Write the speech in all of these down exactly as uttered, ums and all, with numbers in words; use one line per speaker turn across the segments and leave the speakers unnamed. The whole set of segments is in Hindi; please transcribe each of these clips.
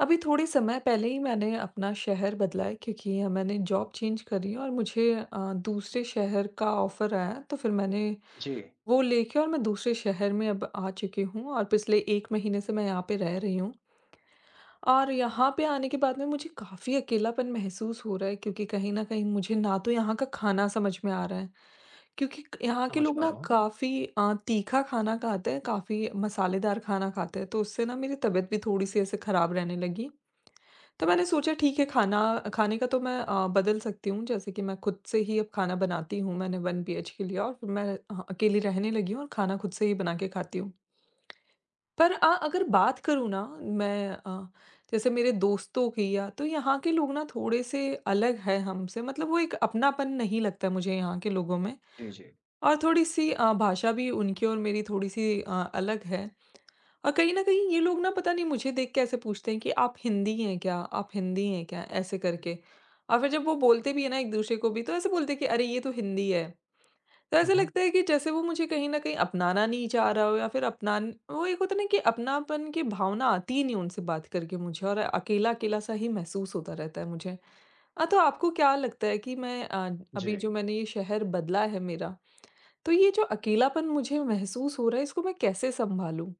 अभी थोड़े समय पहले ही मैंने अपना शहर बदला है, क्योंकि अ, मैंने जॉब चेंज करी और मुझे अ, दूसरे शहर का ऑफ़र आया, तो फिर मैंने
जी।
वो लेके, और मैं दूसरे शहर में अब आ चुकी हूँ और पिछले एक महीने से मैं यहाँ पे रह रही हूँ। और यहाँ पे आने के बाद में मुझे काफ़ी अकेलापन महसूस हो रहा है, क्योंकि कहीं न कहीं मुझे ना तो यहाँ का खाना समझ में आ रहा है, क्योंकि क यहाँ के
समझ
लोग
पा
ना
रहा हूँ।
काफ़ी अ, तीखा खाना खाते हैं, काफ़ी मसालेदार खाना खाते हैं, तो उससे ना मेरी तबीयत भी थोड़ी-सी ऐसे ख़राब रहने लगी। तो मैंने सोचा ठीक है, खाना खाने का तो मैं अ, बदल सकती हूँ, जैसे कि मैं खुद से ही अब खाना बनाती हूँ। मैंने एक बीएचके लिया और फिर मैं अ, अकेली रहने लगी हूँ और खाना खुद से ही बना के खाती हूँ। पर अ, अगर बात करूँ ना, मैं अ, जैसे मेरे दोस्तों की, या तो यहाँ के लोग ना थोड़े से अलग है हमसे, मतलब वो एक अपनापन नहीं लगता है मुझे यहाँ के लोगों में।
जी, जी।
और थोड़ी-सी अ, भाषा भी उनकी और मेरी थोड़ी-सी अ, अलग है। और कहीं न कहीं ये लोग ना पता नहीं मुझे देख के ऐसे पूछते हैं कि आप हिंदी हैं क्या? आप हिंदी हैं क्या? ऐसे करके। और फिर जब वो बोलते भी हैं ना एक-दूसरे को भी, तो ऐसे बोलते हैं कि अरे ये तो हिंदी है। तो
हुँ,
ऐसा
हुँ।
लगता है कि जैसे वो मुझे कहीं न कहीं अपनाना नहीं चाह रहा हो, या फिर अपनान वो एक होता है ना, कि अपनापन की भावना आती ही नहीं उनसे बात करके मुझे, और अकेला-अकेला सा ही महसूस होता रहता है मुझे। अ, तो आपको क्या लगता है कि मैं अ,
जी।
अभी जो मैंने ये शहर बदला है मेरा, तो ये जो अकेलापन मुझे महसूस हो रहा है इसको मैं कैसे सँभालूँ?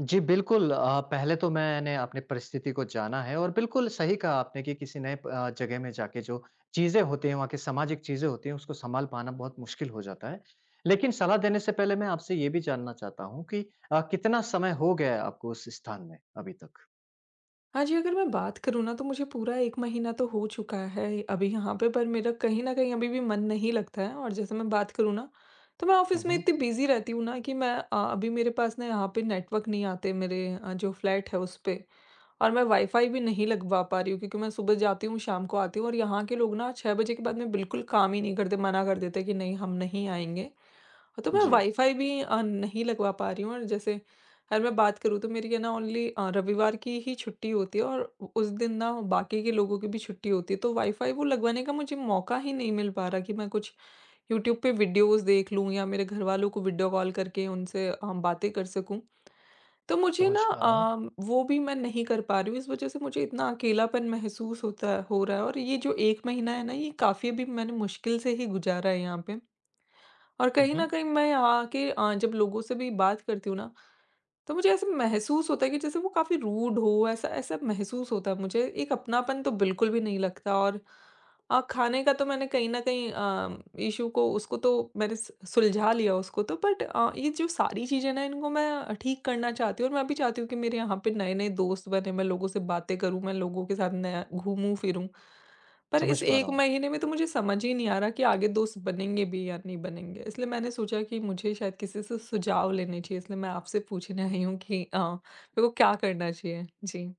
जी, बिल्कुल, अ, पहले तो मैंने अपनी परिस्थिति को जाना है और बिल्कुल सही कहा आपने कि किसी नए प अ, जगह में जाके जो चीज़ें होती हैं, वहाँ की सामाजिक चीज़ें होती हैं, उसको सँभाल पाना बहुत मुश्किल हो जाता है। लेकिन सलाह देने से पहले मैं आपसे ये भी जानना चाहता हूँ कि अ, कितना समय हो गया है आपको उस स्थान में अभी तक?
हाँ जी, अगर मैं बात करूँ ना, तो मुझे पूरा एक महीना तो हो चुका है अभी यहाँ पे, पर मेरा कहीं न कहीं अभी भी मन नहीं लगता है। और जैसे मैं बात करूँ ना, तो मैं
हुँ,
ऑफ़िस में
हुँ।
इतनी बिज़ी रहती हूँ ना, कि मैं अ, अभी मेरे पास ना यहाँ पे नेटवर्क नहीं आते मेरे अ, जो फ्लैट है उस पे। और मैं वाईफ़ाई भी नहीं लगवा पा रही हूँ, क्योंकि मैं सुबह जाती हूँ, शाम को आती हूँ, और यहाँ के लोग ना छह बजे के बाद में बिल्कुल काम ही नहीं करते, मना कर देते हैं कि नहीं हम नहीं आएँगे। तो मैं
जी,
वाईफ़ाई भी अ, नहीं लगवा पा रही हूँ। और जैसे अगर मैं बात करूँ, तो मेरी है ना ओनली अ, रविवार की ही छुट्टी होती है, और उ उस दिन ना बाकी के लोगों की भी छुट्टी होती है, तो वाईफ़ाई वो लगवाने का मुझे मौका ही नहीं मिल पा रहा कि मैं कुछ यूट्यूब पे वीडियोज़ देख लूँ, या मेरे घरवालों को वीडियो कॉल करके उनसे अ, बातें कर सकूँ। तो मुझे ना
समझ पा रहा हूँ।
अ, वो भी मैं नहीं कर पा रही हूँ, इस वज़ह से मुझे इतना अकेलापन महसूस होता है हो रहा है, और ये जो एक महीना है ना, ये काफ़ी अभी मैंने मुश्किल से ही गुज़ारा है यहाँ पे। और
हुँ,
कहीं न
हुँ,
कहीं मैं यहाँ आके अ, जब लोगों से भी बात करती हूँ ना, तो मुझे ऐसा महसूस होता है कि जैसे वो काफ़ी रूड हो, ऐसा ऐसा महसूस होता है मुझे। एक अपनापन तो बिल्कुल भी नहीं लगता। और अ, खाने का तो मैंने कहीं न कहीं अ, इश्यू को, उसको तो मैंने स सुलझा लिया, उसको तो बट अ, ये जो सारी चीज़ें ना इनको मैं ठीक करना चाहती हूँ, और मैं भी चाहती हूँ कि मेरे यहाँ पे नए-नए दोस्त बने, मैं लोगों से बातें करूँ, मैं लोगों के साथ नया घूमूँ-फिरूँ। पर
समझ
इस
पा
एक
रहा हूँ।
महीने में तो मुझे समझ ही नहीं आ रहा कि आगे दोस्त बनेंगे भी या नहीं बनेंगे। इसलिए मैंने सोचा कि मुझे शायद किसी से सुझाव लेने चाहिए, इसलिए मैं आपसे पूछने आई हूँ कि अ, मेरे को क्या करना चाहिए? जी।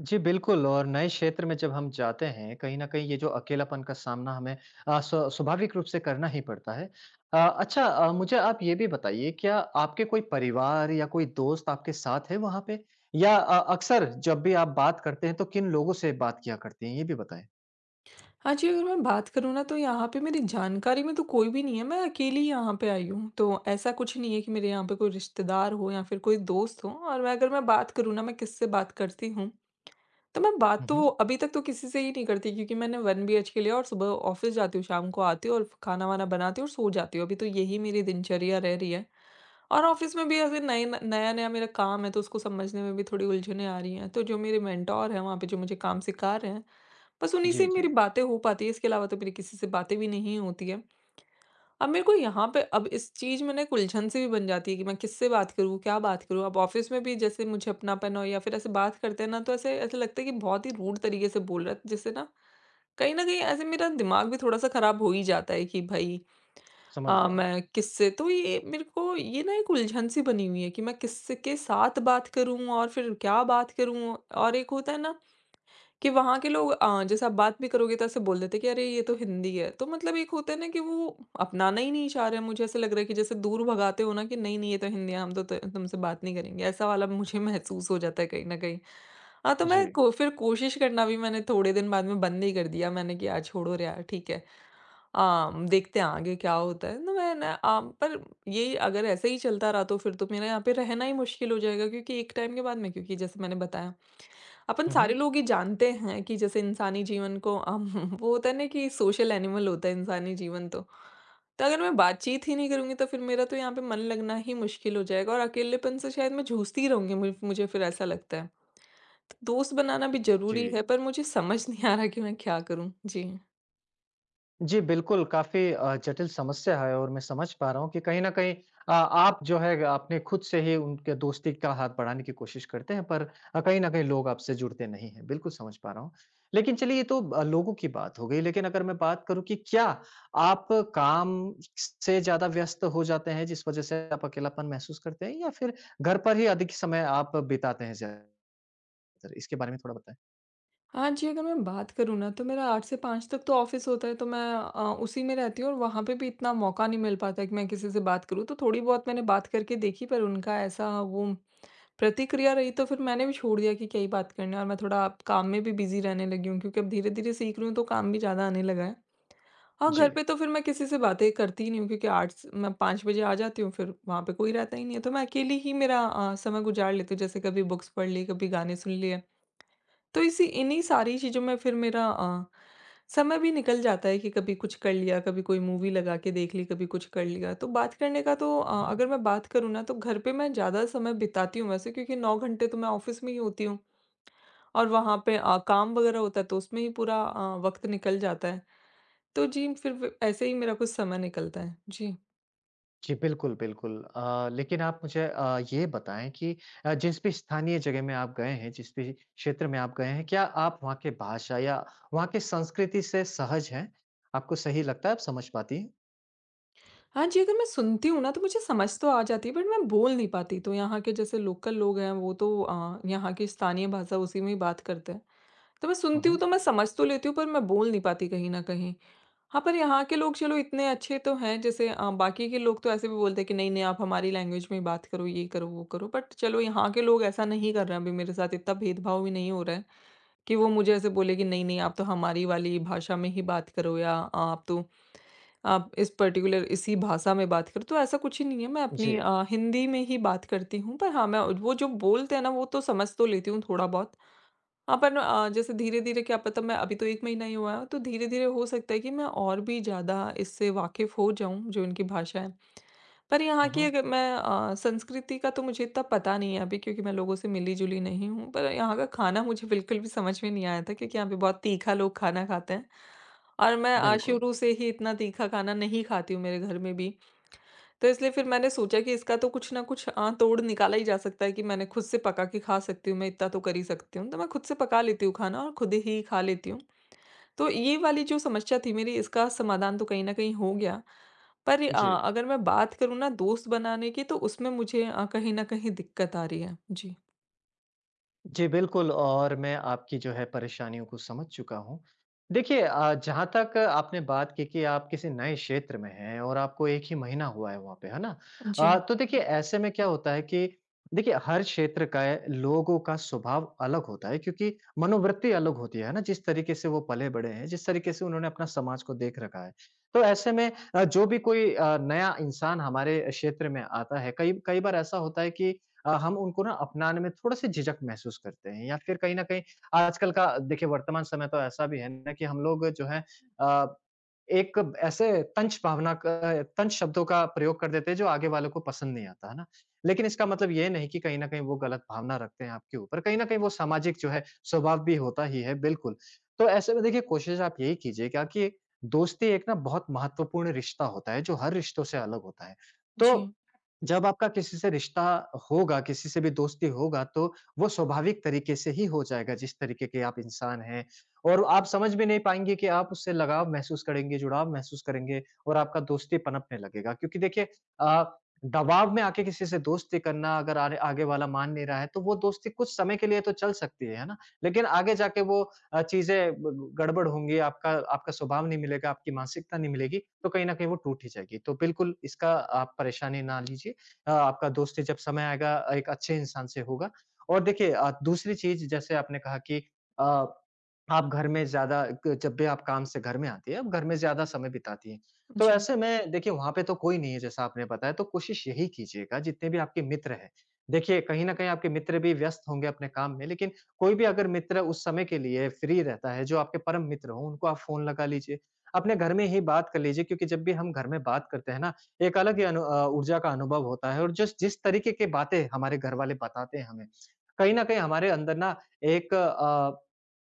जी, बिल्कुल और नए क्षेत्र में जब हम जाते हैं, कहीं न कहीं ये जो अकेलापन का सामना हमें अ, स्व स्वाभाविक रूप से करना ही पड़ता है। अ, अच्छा, अ, मुझे आप ये भी बताइए क्या आपके कोई परिवार या कोई दोस्त आपके साथ है वहाँ पे? या अ, अक्सर जब भी आप बात करते हैं तो किन लोगों से बात किया करते हैं? ये भी बताएँ।
हाँ जी, अगर मैं बात करूँ ना, तो यहाँ पे मेरी जानकारी में तो कोई भी नहीं है, मैं अकेली यहाँ पे आई हूँ। तो ऐसा कुछ नहीं है कि मेरे यहाँ पे कोई रिश्तेदार हो या फिर कोई दोस्त हो। और मैं अगर मैं बात करूँ ना, मैं किससे बात करती हूँ, तो मैं बात
हुँ,
तो
हुँ।
अभी तक तो किसी से ही नहीं करती, क्योंकि मैंने एक बीएचके लिया और सुबह ऑफ़िस जाती हूँ, शाम को आती हूँ और खाना-वाना बनाती हूँ और सो जाती हूँ। अभी तो यही मेरी दिनचर्या रह रही है। और ऑफ़िस में भी ऐसे नए न नया-नया मेरा काम है, तो उसको समझने में भी थोड़ी उलझनें आ रही हैं। तो जो मेरे मेंटर हैं वहाँ पे जो मुझे काम सिखा रहे हैं, बस उन्हीं से
जी,
ही
जी।
मेरी बातें हो पाती है। इसके अलावा तो मेरी किसी से बातें भी नहीं होती है। अब मेरे को यहाँ पे अब इस चीज़ में ना एक उलझन सी भी बन जाती है कि मैं किससे बात करूँ, क्या बात करूँ? अब ऑफ़िस में भी जैसे मुझे अपनापन हो, या फिर ऐसे बात करते हैं ना, तो ऐसे ऐसा लगता है कि बहुत ही रूड तरीके से बोल रहा है, जिससे ना कहीं न कहीं ऐसे मेरा दिमाग भी थोड़ा-सा ख़राब हो ही जाता है कि भई
समझ
अ,
रहा हूँ।
मैं किससे, तो ये मेरे को ये ना एक उलझन सी बनी हुई है कि मैं किससे के साथ बात करूँ और फिर क्या बात करूँ? और एक होता है ना कि वहाँ के लोग अ, जैसे आप बात भी करोगे, तो ऐसे बोल देते हैं कि अरे ये तो हिंदी है। तो मतलब एक होता है ना कि वो अपनाना ही नहीं चाह रहे हैं, मुझे ऐसा लग रहा है कि जैसे दूर भगाते हो ना, कि नहीं, नहीं ये तो हिंदी है, हम तो त तुमसे बात नहीं करेंगे। ऐसा वाला मुझे महसूस हो जाता है कहीं न कहीं। हाँ, तो
जी।
मैं को फिर कोशिश करना भी मैंने थोड़े दिन बाद में बंद ही कर दिया, मैंने कि यार छोड़ो रे यार, ठीक है। अ, देखते हैं आगे क्या होता है। तो मैं ना अ, पर ये अगर ऐसे ही चलता रहा, तो फिर तो मेरा यहाँ पे रहना ही मुश्किल हो जाएगा, क्योंकि एक टाइम के बाद में, क्योंकि जैसे मैंने बताया अपन
हुँ,
सारे
हुँ।
लोग ये जानते हैं कि जैसे इंसानी जीवन को हम वो होता है ना कि सोशल एनिमल होता है इंसानी जीवन। तो तो अगर मैं बातचीत ही नहीं करूंगी, तो फिर मेरा तो यहाँ पे मन लगना ही मुश्किल हो जाएगा, और अकेलेपन से शायद मैं जूझती ही रहूंगी, मुझे मुझे फिर ऐसा लगता है। तो दोस्त बनाना भी
जी।
जरूरी है, पर मुझे समझ नहीं आ रहा कि मैं क्या करूँ। जी।
जी, बिल्कुल, काफ़ी अ, जटिल समस्या है और मैं समझ पा रहा हूँ कि कहीं न कहीं अ, आप जो है आपने खुद से ही उनके दोस्ती का हाथ बढ़ाने की कोशिश करते हैं, पर अ, कहीं न कहीं लोग आपसे जुड़ते नहीं हैं। बिल्कुल समझ पा रहा हूँ। लेकिन चलिए ये तो अ, लोगों की बात हो गई, लेकिन अगर मैं बात करूँ कि क्या आप काम से ज़्यादा व्यस्त हो जाते हैं जिस वज़ह से आप अकेलापन महसूस करते हैं या फिर घर पर ही अधिक समय आप बिताते हैं ज़्यादातर? इसके बारे में थोड़ा बताएँ।
हाँ जी, अगर मैं बात करूँ ना, तो मेरा आठ से पाँच तक तो ऑफिस होता है, तो मैं अ, उसी में रहती हूँ। और वहाँ पे भी इतना मौका नहीं मिल पाता कि मैं किसी से बात करूँ, तो थोड़ी बहुत मैंने बात करके देखी, पर उनका ऐसा वो प्रतिक्रिया रही, तो फिर मैंने भी छोड़ दिया कि क्या ही बात करना है। और मैं थोड़ा अब काम में भी बिज़ी रहने लगी हूँ, क्योंकि अब धीरे-धीरे सीख रही हूँ तो काम भी ज़्यादा आने लगा है। हाँ,
जी।
घर पे तो फिर मैं किसी से बातें करती ही नहीं हूँ, क्योंकि 8 स मैं पाँच बजे आ जाती हूँ, फिर वहाँ पे कोई रहता ही नहीं है, तो मैं अकेली ही मेरा अ, समय गुज़ार लेती हूँ। जैसे कभी बुक्स पढ़ ली, कभी गाने सुन लिए। तो इसी इन्हीं सारी चीज़ों में फिर मेरा अ, समय भी निकल जाता है, कि कभी कुछ कर लिया, कभी कोई मूवी लगा के देख ली, कभी कुछ कर लिया। तो बात करने का तो
हुँ,
अ,
हुँ।
अगर मैं बात करूँ ना, तो घर पे मैं ज़्यादा समय बिताती हूँ वैसे, क्योंकि नौ घंटे तो मैं ऑफ़िस में ही होती हूँ, और वहाँ पे अ, काम वग़ैरह होता है, तो उसमें ही पूरा अ, वक़्त निकल जाता है। तो जी, फिर व ऐसे ही मेरा कुछ समय निकलता है। जी।
जी, बिल्कुल, बिल्कुल। अ, लेकिन आप मुझे अ, ये बताएँ कि अ, जिस भी स्थानीय जगह में आप गए हैं, जिस भी क्षेत्र में आप गए हैं, क्या आप वहाँ के भाषा या वहाँ की संस्कृति से सहज हैं? आपको सही लगता है, आप समझ पाती हैं?
हाँ जी, अगर मैं सुनती हूँ ना, तो मुझे समझ तो आ जाती है बट मैं बोल नहीं पाती। तो यहाँ के जैसे लोकल लोग हैं वो तो अ, यहाँ की स्थानीय भाषा उसी में ही बात करते हैं। तो मैं
हुँ,
सुनती हूँ
हुँ।
तो मैं समझ तो लेती हूँ, पर मैं बोल नहीं पाती कहीं न कहीं। हाँ, पर यहाँ के लोग चलो इतने अच्छे तो हैं, जैसे अ, बाकी के लोग तो ऐसे भी बोलते हैं कि नहीं-नहीं आप हमारी लैंग्वेज में ही बात करो, ये करो, वो करो। बट चलो यहाँ के लोग ऐसा नहीं कर रहे हैं, अभी मेरे साथ इतना भेदभाव भी नहीं हो रहा है, कि वो मुझे ऐसे बोले कि नहीं-नहीं आप तो हमारी वाली भाषा में ही बात करो, या आप तो आप इस पर्टिकुलर इसी भाषा में बात करो। तो ऐसा कुछ ही नहीं है, मैं
जी।
अपनी अ, हिंदी में ही बात करती हूँ। पर हाँ, मैं वो जो बोलते हैं ना वो तो समझ तो लेती हूँ थोड़ा बहुत। हाँ, पर अ, जैसे धीरे-धीरे क्या पता, मैं अभी तो एक महीना ही हुआ है, तो धीरे-धीरे हो सकता है कि मैं और भी ज़्यादा इससे वाकिफ़ हो जाऊँ, जो इनकी भाषा है। पर यहाँ
हुँ,
की
हुँ।
अगर मैं अ, संस्कृति का तो मुझे इतना पता नहीं है अभी, क्योंकि मैं लोगों से मिली-जुली नहीं हूँ। पर यहाँ का खाना मुझे बिल्कुल भी समझ में नहीं आया था, क्योंकि यहाँ पे बहुत तीखा लोग खाना खाते हैं, और मैं अ,
बिल्कुल।
शुरू से ही इतना तीखा खाना नहीं खाती हूँ मेरे घर में भी। तो इसलिए फिर मैंने सोचा कि इसका तो कुछ ना कुछ अ, तोड़ निकाला ही जा सकता है, कि मैंने खुद से पका के खा सकती हूँ, मैं इतना तो कर ही सकती हूँ। तो मैं खुद से पका लेती हूँ खाना और खुद ही खा लेती हूँ। तो ये वाली जो समस्या थी मेरी, इसका समाधान तो कहीं न कहीं हो गया। पर अ,
जी।
अगर मैं बात करूँ ना दोस्त बनाने की, तो उसमें मुझे अ, कहीं न कहीं दिक्कत आ रही है। जी।
जी, बिल्कुल और मैं आपकी जो है परेशानियों को समझ चुका हूँ। देखिए, अ, जहाँ तक आपने बात की कि आप किसी नए क्षेत्र में हैं और आपको एक ही महीना हुआ है वहाँ पे, है ना? अ,
जी,
तो देखिए ऐसे में क्या होता है कि देखिए हर क्षेत्र का है, लोगों का स्वभाव अलग होता है क्योंकि मनोवृत्ति अलग होती है, है ना? जिस तरीके से वो पले-बड़े हैं, जिस तरीके से उन्होंने अपना समाज को देख रखा है। तो ऐसे में अ, जो भी कोई अ, नया इंसान हमारे क्षेत्र में आता है, कई कई बार ऐसा होता है कि अ, हम उनको ना अपनाने में थोड़ा-सा झिझक महसूस करते हैं या फिर कहीं न कहीं आजकल का देखिए वर्तमान समय तो ऐसा भी है ना कि हम लोग जो है अ, एक ऐसे तंच भावना का तंच शब्दों का प्रयोग कर देते हैं जो आगे वालों को पसंद नहीं आता, है ना? लेकिन इसका मतलब ये नहीं कि कहीं न कहीं वो गलत भावना रखते हैं आपके ऊपर, कहीं न कहीं वो सामाजिक जो है स्वभाव भी होता ही है, बिल्कुल। तो ऐसे में देखिए कोशिश आप यही कीजिएगा कि दोस्ती एक ना बहुत महत्वपूर्ण रिश्ता होता है, जो हर रिश्तों से अलग होता है। तो
जी,
जब आपका किसी से रिश्ता होगा, किसी से भी दोस्ती होगा, तो वो स्वाभाविक तरीके से ही हो जाएगा, जिस तरीके के आप इंसान हैं। और आप समझ भी नहीं पाएँगे कि आप उससे लगाव महसूस करेंगे, जुड़ाव महसूस करेंगे और आपका दोस्ती पनपने लगेगा। क्योंकि देखिए अ, दबाव में आके किसी से दोस्ती करना अगर आरे आगे वाला मान नहीं रहा है, तो वो दोस्ती कुछ समय के लिए तो चल सकती है, है ना? लेकिन आगे जाके वो अ, चीज़ें ब ब गड़बड़ होंगी, आपका आपका स्वभाव नहीं मिलेगा, आपकी मानसिकता नहीं मिलेगी, तो कहीं न कहीं वो टूट ही जाएगी। तो बिल्कुल इसका आप परेशानी ना लीजिए। अ, आपका दोस्ती जब समय आएगा एक अच्छे इंसान से होगा। और देखिए अ, दूसरी चीज़ जैसे आपने कहा कि अ, आप घर में ज़्यादा क जब भी आप काम से घर में आती हैं, आप घर में ज़्यादा समय बिताती हैं। तो
जी,
ऐसे में देखिए वहाँ पे तो कोई नहीं है जैसा आपने बताया, तो कोशिश यही कीजिएगा जितने भी आपके मित्र हैं, देखिए कहीं न कहीं आपके मित्र भी व्यस्त होंगे अपने काम में, लेकिन कोई भी अगर मित्र उस समय के लिए फ्री रहता है, जो आपके परम मित्र हों, उनको आप फ़ोन लगा लीजिए। अपने घर में ही बात कर लीजिए क्योंकि जब भी हम घर में बात करते हैं ना एक अलग ही अनु अ, ऊर्जा का अनुभव होता है और जिस जिस तरीके के बातें हमारे घर वाले बताते हैं हमें, कहीं न कहीं हमारे अंदर ना एक अ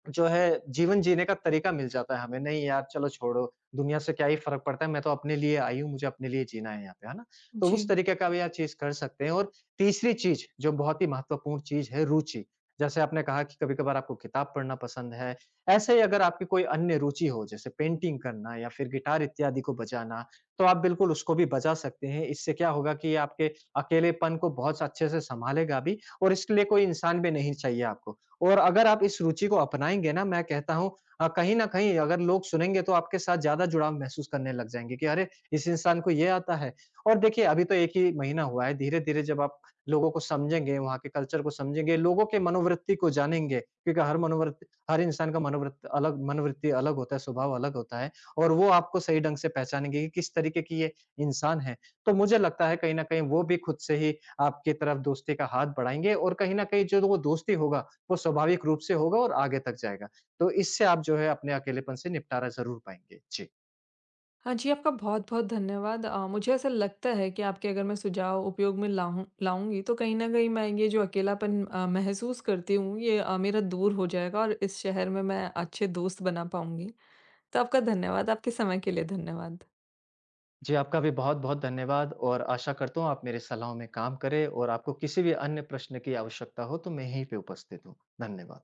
जो है, जीवन जीने का तरीका मिल जाता है हमें, नहीं यार चलो छोड़ो, दुनिया से क्या ही फ़र्क पड़ता है, मैं तो अपने लिए आई हूँ, मुझे अपने लिए जीना है यहाँ पे, है ना? तो उस
जी।
तरीके का भी आप चीज़ कर सकते हैं और तीसरी चीज़, जो बहुत ही महत्वपूर्ण चीज़ है, रुचि। जैसे आपने कहा कि कभी-कभार आपको किताब पढ़ना पसंद है, ऐसे ही अगर आपकी कोई अन्य रुचि हो, जैसे पेंटिंग करना या फिर गिटार इत्यादि को बजाना, तो आप बिल्कुल उसको भी बजा सकते हैं। इससे क्या होगा कि ये आपके अकेलेपन को बहुत अच्छे से सँभालेगा भी और इसके लिए कोई इंसान भी नहीं चाहिए आपको। और अगर आप इस रुचि को अपनाएँगे ना, मैं कहता हूँ अ, कहीं न कहीं अगर लोग सुनेंगे तो आपके साथ ज़्यादा जुड़ाव महसूस करने लग जाएँगे कि अरे! इस इंसान को ये आता है। और देखिए अभी तो एक ही महीना हुआ है, धीरे-धीरे जब आप लोगों को समझेंगे, वहाँ के कल्चर को समझेंगे, लोगों के मनोवृत्ति को जानेंगे, क्योंकि हर मनोवृत्ति हर इंसान का मनोवृत्त अलग मनोवृत्ति अलग होता है, स्वभाव अलग होता है और वो आपको सही ढंग से पहचानेंगे कि किस तरीके की ये इंसान है। तो मुझे लगता है कहीं न कहीं वो भी खुद से ही आपकी तरफ दोस्ती का हाथ बढ़ाएँगे और कहीं न कहीं जो वो दोस्ती होगा, वो स्वाभाविक रूप से होगा और आगे तक जाएगा। तो इससे आप जो है अपने अकेलेपन से निपटारा ज़रूर पाएँगे। जी।
हाँ जी, आपका बहुत-बहुत धन्यवाद। अ, मुझे ऐसा लगता है कि आपके अगर मैं सुझाव उपयोग में लाऊँ लाऊँगी, तो कहीं न कहीं मैं ये जो अकेलापन अ, महसूस करती हूँ, ये अ, मेरा दूर हो जाएगा और इस शहर में मैं अच्छे दोस्त बना पाऊँगी। तो आपका धन्यवाद, आपके समय के लिए धन्यवाद।
जी, आपका भी बहुत-बहुत धन्यवाद और आशा करता हूँ आप मेरी सलाहों में काम करें और आपको किसी भी अन्य प्रश्न की आवश्यकता हो तो मैं यहीं पे उपस्थित हूँ। धन्यवाद।